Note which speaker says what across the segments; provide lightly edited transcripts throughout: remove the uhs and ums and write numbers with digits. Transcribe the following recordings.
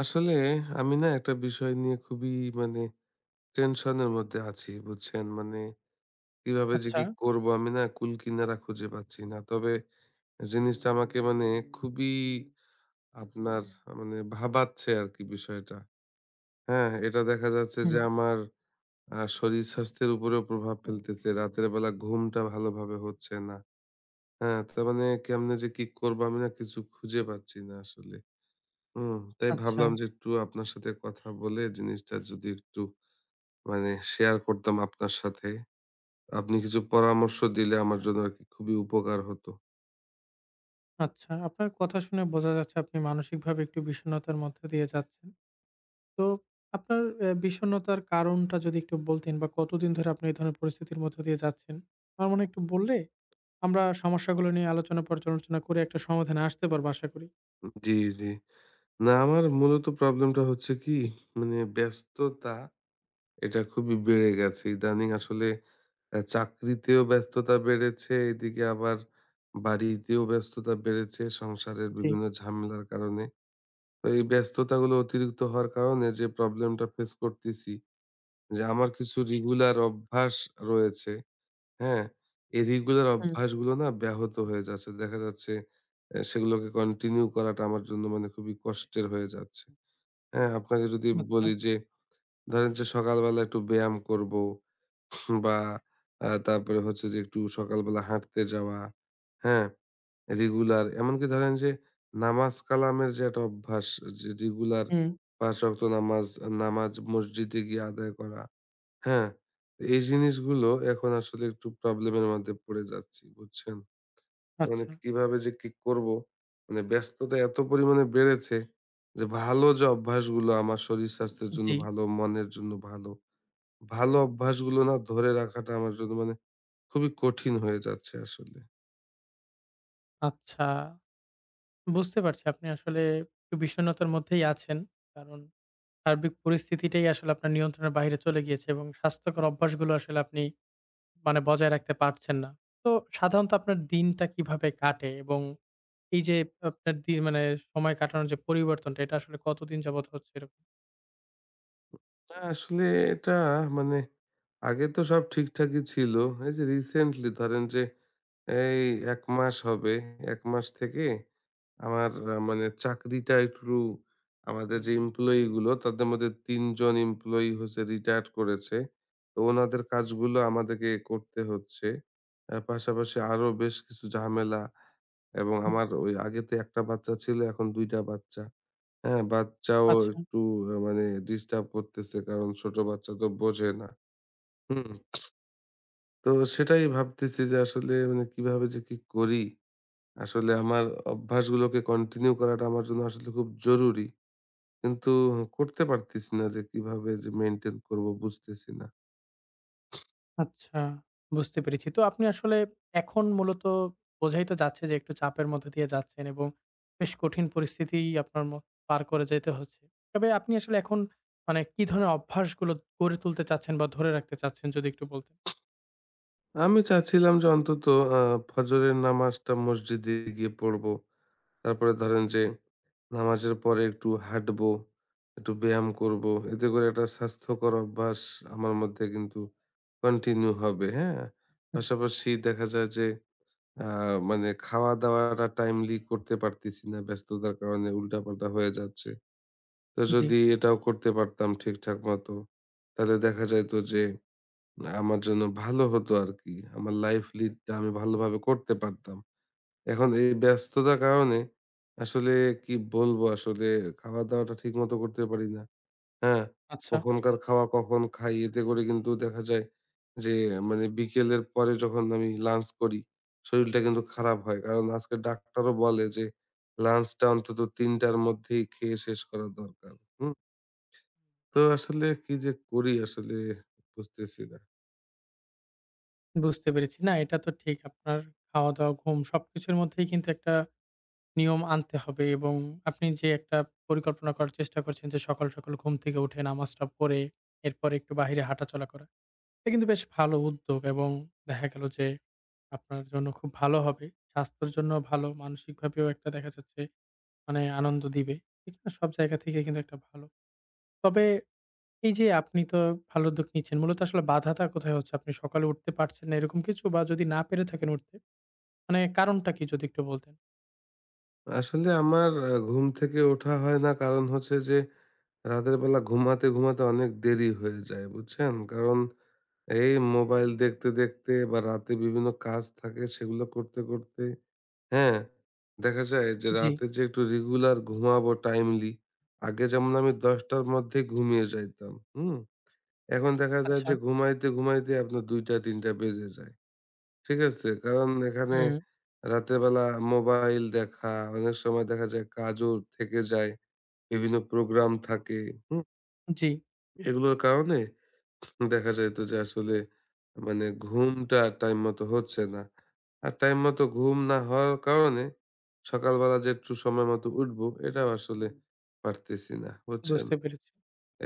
Speaker 1: আসলে আমি না একটা বিষয় নিয়ে খুবই মানে টেনশনের মধ্যে আছি, বুঝছেন? মানে কিভাবে যে
Speaker 2: আচ্ছা,
Speaker 1: কি করব আমি না কুল কিনারা খুঁজে পাচ্ছি না। তবে জিনিসটা আমাকে মানে খুবই, আপনার মানে ভাবাচ্ছে আর কি, বিষয়টা। হ্যাঁ, এটা দেখা যাচ্ছে
Speaker 2: হুম,
Speaker 1: যে আমার শরীর স্বাস্থ্যের উপরেও প্রভাব ফেলতেছে, রাতের বেলা ঘুমটা ভালোভাবে হচ্ছে না। হ্যাঁ, তার মানে কেমনে যে কি করবো আমি না কিছু খুঁজে পাচ্ছি না আসলে। হুম, তাই
Speaker 2: আচ্ছা,
Speaker 1: ভাবলাম যে একটু আপনার সাথে কথা বলে জিনিসটা যদি একটু মানে শেয়ার করতাম আপনার সাথে। আপনি কিছু পরামর্শ দিলে আমার জন্য আরকি খুবই উপকার হতো।
Speaker 2: আচ্ছা। আপনার কথা শুনে বোঝা যাচ্ছে আপনি মানসিকভাবে একটু বিষণ্ণতার মধ্য দিয়ে যাচ্ছেন। তো আপনার বিষণ্ণতার কারণটা যদি একটু বলতেন বা কতদিন ধরে আপনি এই ধরনের পরিস্থিতির মধ্য দিয়ে যাচ্ছেন? আমার মনে হয় একটু বললে আমরা সমস্যাগুলো নিয়ে আলোচনা পর্যালোচনা করে একটা সমাধানে আসতে পারবো আশা করি।
Speaker 1: জি, জি। না, আমার মূলত প্রবলেমটা হচ্ছে কি, মানে ব্যস্ততা এটা খুবই বেড়ে গেছে ইদানিং। আসলে চাকরিতেও ব্যস্ততা বেড়েছে, এদিকে আবার বাড়িতেও ব্যস্ততা বেড়েছে সংসারের
Speaker 2: জি,
Speaker 1: বিভিন্ন ঝামেলার কারণে। তো এই ব্যস্ততাগুলো অতিরিক্ত হওয়ার কারণে যে প্রবলেমটা ফেস করতেছি, যে আমার কিছু রেগুলার অভ্যাস রয়েছে, হ্যাঁ? এই রেগুলার
Speaker 2: হুম,
Speaker 1: অভ্যাসগুলো না ব্যাহত হয়ে যাচ্ছে। দেখা যাচ্ছে সেগুলোকে কন্টিনিউ করাটা আমার জন্য মানে খুবই কষ্টের হয়ে যাচ্ছে। হ্যাঁ? আপনাকে যদি
Speaker 2: আচ্ছা,
Speaker 1: বলি যে ধরেন যে সকালবেলা একটু ব্যায়াম করবো, বা তারপরে হচ্ছে যে একটু সকালবেলা হাঁটতে যাওয়া, হ্যাঁ? রেগুলার, এমনকি ধরেন যে নামাজ কালামের যে একটা অভ্যাস, যে রেগুলার
Speaker 2: হুম,
Speaker 1: ৫ ওয়াক্ত নামাজ, নামাজ মসজিদে গিয়ে আদায় করা। হ্যাঁ, এই জিনিসগুলো এখন আসলে একটু প্রবলেমের মধ্যে পড়ে যাচ্ছি, বুঝছেন? মানে
Speaker 2: আচ্ছা,
Speaker 1: কিভাবে যে কি করব? মানে ব্যস্ততা এত পরিমাণে বেড়েছে যে, ভালো যে অভ্যাসগুলো আমার শরীর স্বাস্থ্যের জন্য
Speaker 2: জি,
Speaker 1: ভালো, মনের জন্য ভালো, ভালো অভ্যাসগুলো না ধরে রাখাটা আমার জন্য মানে খুবই কঠিন হয়ে যাচ্ছে আসলে।
Speaker 2: আচ্ছা। বুঝতে পারছি আপনি আসলে একটু বিষণ্ণতার মধ্যেই আছেন। কারণ সার্বিক পরিস্থিতিটাই আসলে আপনার নিয়ন্ত্রণের বাইরে চলে গিয়েছে এবং স্বাস্থ্যকর অভ্যাসগুলো আসলে আপনি মানে বজায় রাখতে পারছেন না। তো সাধারণত আপনার দিনটা কিভাবে কাটে? এবং এই যে আপনার দি মানে সময় কাটানোর যে পরিবর্তনটা এটা আসলে কতদিন যাবৎ হচ্ছে এরকম?
Speaker 1: না, আসলে এটা মানে আগে তো সব ঠিকঠাকই ছিল। এই যে রিসেন্টলি ধরেন যে এই ১ মাস হবে। ১ মাস থেকে আমার মানে চাকরিটা একটু, আমাদের যে এমপ্লয়ি গুলো তাদের মধ্যে ৩ জন এমপ্লয়ি হচ্ছে রিটায়ার্ড করেছে। তো ওনাদের কাজগুলো আমাদেরকে করতে হচ্ছে। পাশাপাশি আরো বেশ কিছু ঝামেলা, এবং
Speaker 2: হুম।
Speaker 1: আমার ওই আগে তো ১ টা বাচ্চা ছিল, এখন ২ টা বাচ্চা। হ্যাঁ, বাচ্চাও
Speaker 2: আচ্ছা।
Speaker 1: একটু মানে ডিস্টার্ব করতেছে। কারণ ছোট বাচ্চা তো বোঝে না। হুম? তো সেটাই ভাবতেছি যে আসলে মানে কিভাবে যে কি করি? আসলে আমার অভ্যাসগুলোকে কন্টিনিউ করাটা আমার জন্য আসলে খুব জরুরি। কিন্তু করতে পারতেছি না, যে কিভাবে যে মেইনটেইন করব বুঝতেছি না।
Speaker 2: আচ্ছা, বুঝতে পেরেছি। তো আপনি আসলে এখন মূলত বোঝাই তো যাচ্ছে যে একটু চাপের মধ্যে দিয়ে যাচ্ছেন এবং বেশ কঠিন পরিস্থিতি আপনার পার করে যেতে হচ্ছে। তবে আপনি আসলে এখন মানে কি ধরনের অভ্যাসগুলো গড়ে তুলতে চাচ্ছেন বা ধরে রাখতে চাচ্ছেন যদি একটু বলতেন?
Speaker 1: আমি চাচ্ছিলাম যে অন্তত আ ফজরের নামাজটা মসজিদে গিয়ে পড়বো। তারপরে ধরেন যে নামাজের পরে একটু হাঁটবো, একটু ব্যায়াম করবো। এতে করে একটা স্বাস্থ্যকর অভ্যাস আমার মধ্যে কিন্তু কন্টিনিউ হবে, হ্যাঁ?
Speaker 2: হুম,
Speaker 1: পাশাপাশি দেখা যায় যে আ মানে খাওয়া-দাওয়াটা টাইমলি করতে পারতেছি না। ব্যস্ততার কারণে উল্টাপাল্টা হয়ে যাচ্ছে। তো
Speaker 2: জি।
Speaker 1: যদি এটাও করতে পারতাম ঠিকঠাক মতো, তাহলে দেখা যাইত যে আমার জন্য ভালো হতো আরকি। আমার লাইফ লিডটা আমি ভালোভাবে করতে পারতাম। এখন এই ব্যস্ততার কারণে আসলে কি বলবো, আসলে খাওয়া-দাওয়াটা ঠিকমতো করতে পারি না। হ্যাঁ?
Speaker 2: আচ্ছা,
Speaker 1: কখনকার খাওয়া কখন খাই, এতে করে কিন্তু দেখা যায় যে, মানে বিকেলের পরে যখন আমি লাঞ্চ করি, শরীরটা কিন্তু খারাপ হয়। কারণ আজকে ডাক্তারও বলে যে লাঞ্চটা অন্তত ৩ঃ০০ টার মধ্যেই খেয়ে শেষ করা দরকার। হুম? তো আসলে কি যে করি, আসলে বুঝতেছি না।
Speaker 2: বুঝতে পেরেছি। না, এটা তো ঠিক। আপনার খাওয়া-দাওয়া, ঘুম সবকিছুর মধ্যেই কিন্তু একটা নিয়ম আনতে হবে এবং আপনি যে একটা পরিকল্পনা করার চেষ্টা করছেন যে সকাল, সকাল ঘুম থেকে উঠে নামাজটা পড়ে এরপরে একটু বাহিরে হাঁটাচলা করা। এটা কিন্তু বেশ ভালো উদ্যোগ এবং দেখা গেল যে আপনার জন্য খুব ভালো হবে। স্বাস্থ্যের জন্যও ভালো, মানসিকভাবেও একটা দেখা যাচ্ছে মানে আনন্দ দিবে। এটা না সব জায়গা থেকে কিন্তু একটা ভালো। তবে এই যে আপনি তো ভালো উদ্যোগ নিচ্ছেন। মূলত আসলে বাধাটা কোথায় হচ্ছে? আপনি সকালে উঠতে পারছেন না এরকম কিছু? বা যদি না পেরে থাকেন উঠতে, মানে কারণটা কি যদি একটু বলতেন?
Speaker 1: আসলে আমার ঘুম থেকে ওঠা হয় না, কারণ হচ্ছে যে রাতের বেলা ঘুমাতে, ঘুমাতে অনেক দেরি হয়ে যায়, বুঝছেন? কারণ এই মোবাইল দেখতে, দেখতে বা রাতে বিভিন্ন কাজ থাকে সেগুলো করতে, করতে, হ্যাঁ, দেখা যায় যে
Speaker 2: জি,
Speaker 1: রাতে যে একটু রেগুলার ঘুমাবো টাইমলি, আগে যেমন আমি ১০টার মধ্যেই ঘুমিয়ে যাইতাম, হুম? এখন দেখা যায়
Speaker 2: আচ্ছা।
Speaker 1: যে ঘুমাইতে, ঘুমাইতে আপনার ২টা ৩টা বেজে যায়। ঠিক আছে? কারণ এখানে
Speaker 2: হুম,
Speaker 1: রাতের বেলা মোবাইল দেখা, অনেক সময় দেখা যায় কাজও থেকে যায়। বিভিন্ন প্রোগ্রাম থাকে, হুম?
Speaker 2: জি,
Speaker 1: এগুলোর কারণে দেখা যেত যে আসলে মানে ঘুমটা টাইম মতো হচ্ছে না। আর টাইম মতো ঘুম না হওয়ার কারণে সকালবেলা যে একটু সময় মতো উঠবো, এটাও আসলে পারতেছি না। বুঝছেন?
Speaker 2: বুঝতে পেরেছি।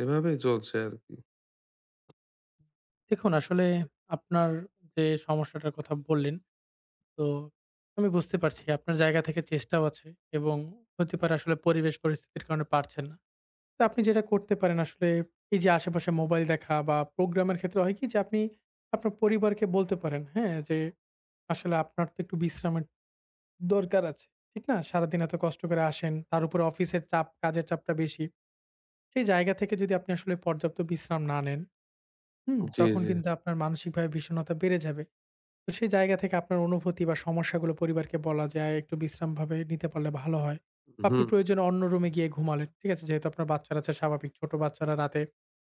Speaker 1: এভাবেই চলছে আরকি।
Speaker 2: দেখুন আসলে আপনার যে সমস্যাটার কথা বললেন তো আমি বুঝতে পারছি আপনার জায়গা থেকে চেষ্টাও আছে এবং হতে পারে আসলে পরিবেশ পরিস্থিতির কারণে পারছেন না। তো আপনি যেটা করতে পারেন আসলে এই যে আশেপাশে মোবাইল দেখা বা প্রোগ্রামের ক্ষেত্রে হয় কি যে আপনি আপনার পরিবারকে বলতে পারেন, হ্যাঁ? যে আসলে আপনার তো একটু বিশ্রামের দরকার আছে। ঠিক না? সারাদিন এত কষ্ট করে আসেন, তার উপরে অফিসের চাপ, কাজের চাপটা বেশি। সেই জায়গা থেকে যদি আপনি আসলে পর্যাপ্ত বিশ্রাম না নেন, হুম?
Speaker 1: জি,
Speaker 2: তখন
Speaker 1: জি।
Speaker 2: কিন্তু আপনার মানসিকভাবে বিষণ্ণতা বেড়ে যাবে। তো সেই জায়গা থেকে আপনার অনুভূতি বা সমস্যাগুলো পরিবারকে বলা যায় একটু বিশ্রামভাবে নিতে পারলে ভালো হয়। বা আপনি
Speaker 1: হুম।
Speaker 2: প্রয়োজনে অন্য রুমে গিয়ে ঘুমালেন। ঠিক আছে? যেহেতু আপনার বাচ্চা-কাচ্চা স্বাভাবিক। ছোট বাচ্চারা রাতে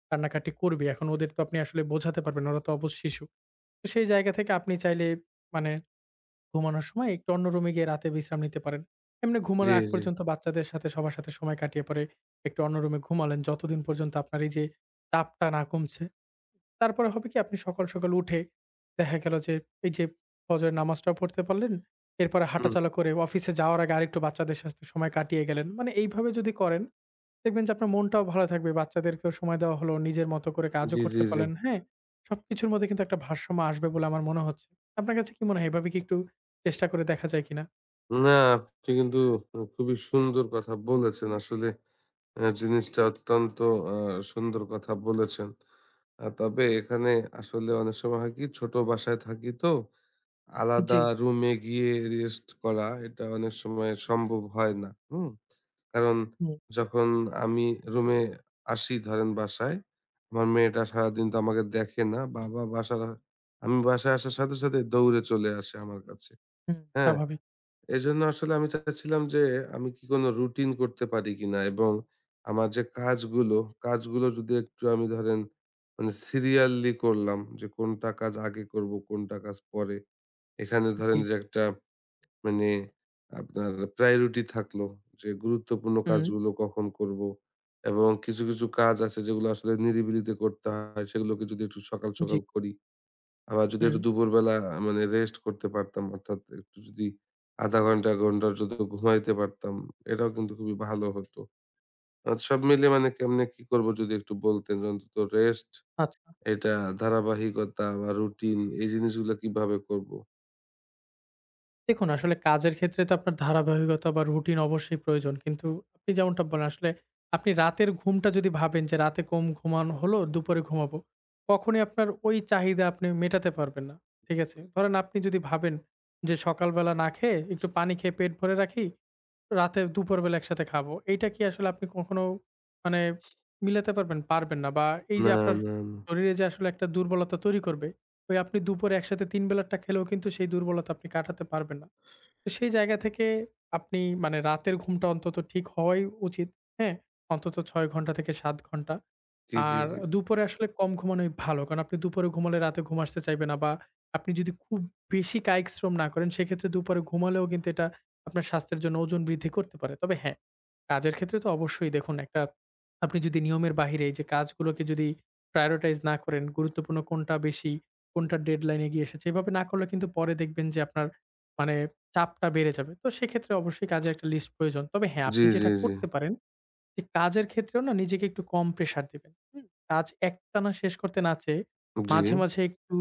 Speaker 2: কান্নাকাটি করবে। এখন ওদের তো আপনি আসলে বোঝাতে পারবেন না। ওরা তো অবুঝ শিশু। তো সেই জায়গা থেকে আপনি চাইলে মানে ঘুমানোর সময় একটু অন্য রুমে গিয়ে রাতে বিশ্রাম নিতে পারেন। এমনি
Speaker 1: জি,
Speaker 2: ঘুমানোর আগ
Speaker 1: জি।
Speaker 2: পর্যন্ত বাচ্চাদের সাথে সবার সাথে সময় কাটিয়ে পরে একটু অন্য রুমে ঘুমালেন। যতদিন পর্যন্ত আপনার এই যে চাপটা না কমছে তারপরে হবে কি আপনি সকাল, সকাল উঠে দেখা গেল যে এই যে ফজরের নামাজটাও পড়তে পারলেন। এরপরে
Speaker 1: হুম,
Speaker 2: হাঁটাচলা করে অফিসে যাওয়ার আগে আরেকটু বাচ্চাদের সাথে সময় কাটিয়ে গেলেন। মানে এইভাবে যদি করেন দেখবেন যে আপনার মনটাও ভালো থাকবে। বাচ্চাদেরকেও সময় দেওয়া হলো, নিজের মতো করে কাজও
Speaker 1: জি, জি,
Speaker 2: করতে
Speaker 1: জি।
Speaker 2: পারলেন, হ্যাঁ? সবকিছুর মধ্যে কিন্তু একটা ভারসাম্য আসবে বলে আমার মনে হচ্ছে। আপনার কাছে কি মনে হয় এভাবে কি একটু চেষ্টা করে দেখা যায় কিনা?
Speaker 1: না, আপনি কিন্তু খুবই সুন্দর কথা বলেছেন। আসলে জিনিসটা অত্যন্ত আ সুন্দর কথা বলেছেন। তবে এখানে আসলে অনেক সময় হয় কি, ছোট বাসায় থাকি তো, আলাদা
Speaker 2: জি,
Speaker 1: রুমে গিয়ে রেস্ট করা এটা অনেক সময় সম্ভব হয় না। হুম? কারণ
Speaker 2: হুম,
Speaker 1: যখন আমি রুমে আসি ধরেন বাসায়, আমার মেয়েটা সারাদিন তো আমাকে দেখে না। বাবা বাসার আমি বাসায় আসার সাথে, সাথে দৌড়ে চলে আসে আমার কাছে।
Speaker 2: হুম।
Speaker 1: হ্যাঁ?
Speaker 2: স্বাভাবিক।
Speaker 1: এজন্য আসলে আমি চাচ্ছিলাম যে আমি কি কোনো রুটিন করতে পারি কিনা, এবং আমার যে কাজগুলো যদি একটু আমি ধরেন মানে সিরিয়াললি করলাম, যে কোনটা কাজ আগে করব, কোনটা কাজ পরে। এখানে
Speaker 2: জি,
Speaker 1: ধরেন যে একটা মানে আপনার প্রায়োরিটি থাকলো যে গুরুত্বপূর্ণ
Speaker 2: হুম,
Speaker 1: কাজগুলো কখন করব, এবং কিছু, কিছু কাজ আছে যেগুলো আসলে নিরিবিলিতে করতে হয় সেগুলোকে যদি একটু সকাল,
Speaker 2: জি,
Speaker 1: সকাল করি, আবার যদি
Speaker 2: হুম,
Speaker 1: একটু দুপুরবেলা মানে রেস্ট করতে পারতাম, অর্থাৎ একটু যদি আধা ঘন্টা ১ ঘন্টার যদি ঘুমাইতে পারতাম, এটাও কিন্তু খুবই ভালো হতো। সব
Speaker 2: হুম।
Speaker 1: মিলে মানে কেমনে কি করবো যদি একটু বলতেন, যে অন্তত রেস্ট
Speaker 2: আচ্ছা।
Speaker 1: এটা, ধারাবাহিকতা বা রুটিন এই জিনিসগুলা কিভাবে করবো?
Speaker 2: দেখুন, আসলে কাজের ক্ষেত্রে তো আপনার ধারাবাহিকতা বা রুটিন অবশ্যই প্রয়োজন। কিন্তু আপনি যেমনটা বলেন আসলে আপনি রাতের ঘুমটা যদি ভাবেন যে রাতে কম ঘুমানো হলো, দুপুরে ঘুমাবো। কখনোই আপনার ওই চাহিদা আপনি মেটাতে পারবেন না। ঠিক আছে? ধরেন আপনি যদি ভাবেন যে সকালবেলা না খেয়ে একটু পানি খেয়ে পেট ভরে রাখি, রাতে দুপুরবেলা একসাথে খাবো। এইটা কি আসলে আপনি কখনো মানে মিলাতে পারবেন? পারবেন না। বা এই
Speaker 1: না,
Speaker 2: যে
Speaker 1: না,
Speaker 2: আপনার
Speaker 1: না।
Speaker 2: শরীরে যে আসলে একটা দুর্বলতা তৈরি করবে ওই আপনি দুপুরে একসাথে ৩ বেলাটা খেলেও কিন্তু সেই দুর্বলতা আপনি কাটাতে পারবেন না। তো সেই জায়গা থেকে আপনি মানে রাতের ঘুমটা অন্তত ঠিক হওয়াই উচিত। হ্যাঁ? অন্তত ৬ ঘন্টা থেকে ৭ ঘন্টা।
Speaker 1: জি, জি,
Speaker 2: আর
Speaker 1: জি।
Speaker 2: দুপুরে আসলে কম ঘুমানোই ভালো। কারণ আপনি দুপুরে ঘুমালে রাতে ঘুম আসতে চাইবে না বা আপনি যদি খুব বেশি কায়িক শ্রম না করেন সেক্ষেত্রে দুপুরে ঘুমালেও কিন্তু এটা আপনার স্বাস্থ্যের জন্য ওজন বৃদ্ধি করতে পারে। তবে হ্যাঁ, কাজের ক্ষেত্রে তো অবশ্যই দেখুন একটা আপনি যদি নিয়মের বাহিরে এই যে কাজগুলোকে যদি prioritize না করেন, গুরুত্বপূর্ণ কোনটা বেশি, কোনটা ডেডলাইন এগিয়ে এসেছে, এভাবে না করলে কিন্তু পরে দেখবেন যে আপনার মানে চাপটা বেড়ে যাবে। তো সেক্ষেত্রে অবশ্যই কাজের একটা লিস্ট প্রয়োজন। তবে হ্যাঁ,
Speaker 1: জি,
Speaker 2: আপনি
Speaker 1: জি,
Speaker 2: যেটা
Speaker 1: জি।
Speaker 2: করতে পারেন যে কাজের ক্ষেত্রেও না নিজেকে একটু কম প্রেশার দিবেন। হুম? কাজ একটানা শেষ করতে না চেয়ে
Speaker 1: জি।
Speaker 2: মাঝে, মাঝে একটু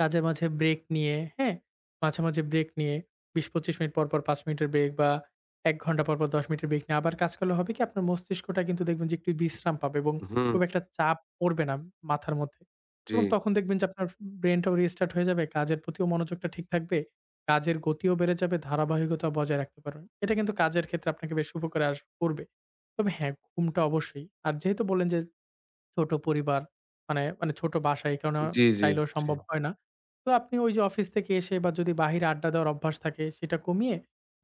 Speaker 2: কাজের মাঝে ব্রেক নিয়ে, হ্যাঁ? মাঝে, মাঝে ব্রেক নিয়ে ২০-২৫ মিনিট পর, পর ৫ মিনিটের ব্রেক বা ১ ঘন্টা পর, পর ১০ মিনিটের ব্রেক নিয়ে আবার কাজ করলে হবে কি আপনার মস্তিষ্কটা কিন্তু দেখবেন যে একটু বিশ্রাম পাবে এবং
Speaker 1: হুম।
Speaker 2: খুব একটা চাপ পড়বে না মাথার মধ্যে।
Speaker 1: জি।
Speaker 2: এবং তখন দেখবেন যে আপনার ব্রেইনটাও রিস্টার্ট হয়ে যাবে, কাজের প্রতিও মনোযোগটা ঠিক থাকবে। কাজের গতিও বেড়ে যাবে, ধারাবাহিকতা বজায় রাখতে পারবেন। এটা কিন্তু কাজের ক্ষেত্রে আপনাকে বেশ উপকারে আস করবে। তবে হ্যাঁ, ঘুমটা অবশ্যই। আর যেহেতু বললেন যে ছোট পরিবার। মানে মানে ছোট বাসা এই কারণে
Speaker 1: জি, জি,
Speaker 2: চাইলেও
Speaker 1: জি।
Speaker 2: সম্ভব হয় না। তো আপনি ওই যে অফিস থেকে এসে বা যদি বাহিরে আড্ডা দেওয়ার অভ্যাস থাকে সেটা কমিয়ে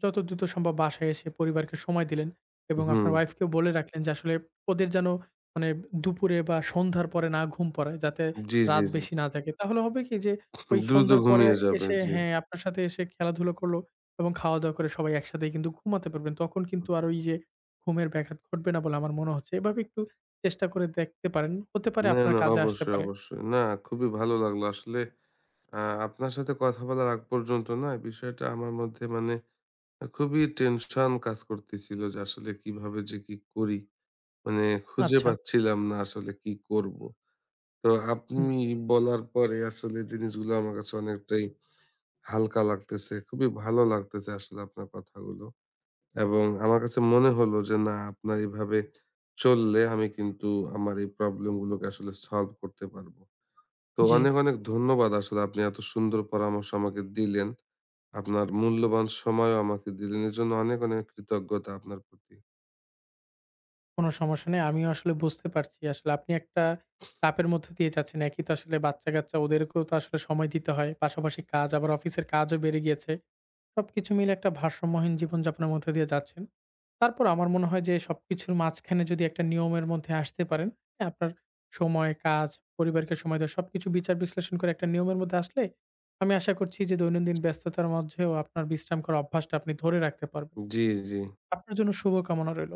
Speaker 2: যত দ্রুত সম্ভব বাসায় এসে পরিবারকে সময় দিলেন এবং
Speaker 1: হুম।
Speaker 2: আপনার ওয়াইফকেও বলে রাখলেন যে আসলে ওদের যেন মানে দুপুরে বা সন্ধ্যার পরে না ঘুম পড়ে যাতে
Speaker 1: জি, জি,
Speaker 2: রাত
Speaker 1: জি।
Speaker 2: বেশি না জাগে। তাহলে হবে কি যে ওই
Speaker 1: দ্রুত
Speaker 2: সন্ধ্যার পরে
Speaker 1: ঘুমিয়ে যাবে।
Speaker 2: এসে
Speaker 1: জি।
Speaker 2: হ্যাঁ, আপনার সাথে এসে খেলাধুলা করল এবং খাওয়া-দাওয়া করে সবাই একসাথেই কিন্তু ঘুমাতে পারবেন। তখন কিন্তু আর ওই যে ঘুমের ব্যাঘাত ঘটবে না বলে আমার মনে হচ্ছে। এভাবে একটু চেষ্টা করে দেখতে পারেন। হতে পারে
Speaker 1: না,
Speaker 2: আপনার
Speaker 1: না,
Speaker 2: কাজে আসতে
Speaker 1: অবশ্যই,
Speaker 2: পারে।
Speaker 1: অবশ্যই। না, খুবই ভালো লাগলো আসলে। আপনার সাথে কথা বলার আগ পর্যন্ত না বিষয়টা আমার মধ্যে মানে খুবই টেনশন কাজ করতেছিল, যে আসলে কিভাবে যে কি করি, মানে খুঁজে
Speaker 2: আচ্ছা,
Speaker 1: পাচ্ছিলাম না আসলে কি করব। তো
Speaker 2: হুম,
Speaker 1: আপনি বলার পরে আসলে জিনিসগুলো আমার কাছে অনেকটাই হালকা লাগতেছে, খুবই ভালো লাগতেছে আসলে আপনার কথাগুলো। এবং আমার কাছে মনে হলো যে, না, আপনার এভাবে চললে আমি কিন্তু আমার এই প্রবলেম গুলোকে আসলে সলভ করতে পারবো। তো
Speaker 2: জি,
Speaker 1: অনেক অনেক ধন্যবাদ, আসলে আপনি এত সুন্দর পরামর্শ আমাকে দিলেন, আপনার মূল্যবান সময়ও আমাকে দিলেন। এজন্য অনেক, অনেক কৃতজ্ঞতা আপনার প্রতি।
Speaker 2: কোনো সমস্যা নেই। আমিও আসলে বুঝতে পারছি। আসলে আপনি একটা চাপের মধ্য দিয়ে যাচ্ছেন। একই তো আসলে বাচ্চা-কাচ্চা ওদেরকেও তো আসলে সময় দিতে হয়। পাশাপাশি কাজ, আবার অফিসের কাজও বেড়ে গিয়েছে। সবকিছু মিলে একটা ভারসাম্যহীন জীবনযাপনের মধ্য দিয়ে যাচ্ছেন। তারপর আমার মনে হয় যে সবকিছুর মাঝখানে যদি একটা নিয়মের মধ্যে আসতে পারেন, হ্যাঁ, আপনার সময়, কাজ, পরিবারকে সময় দেওয়া সবকিছু বিচার বিশ্লেষণ করে একটা নিয়মের মধ্যে আসলে আমি আশা করছি যে দৈনন্দিন ব্যস্ততার মধ্যেও আপনার বিশ্রাম করার অভ্যাসটা আপনি ধরে রাখতে পারবেন।
Speaker 1: জি, জি।
Speaker 2: আপনার জন্য শুভকামনা রইল।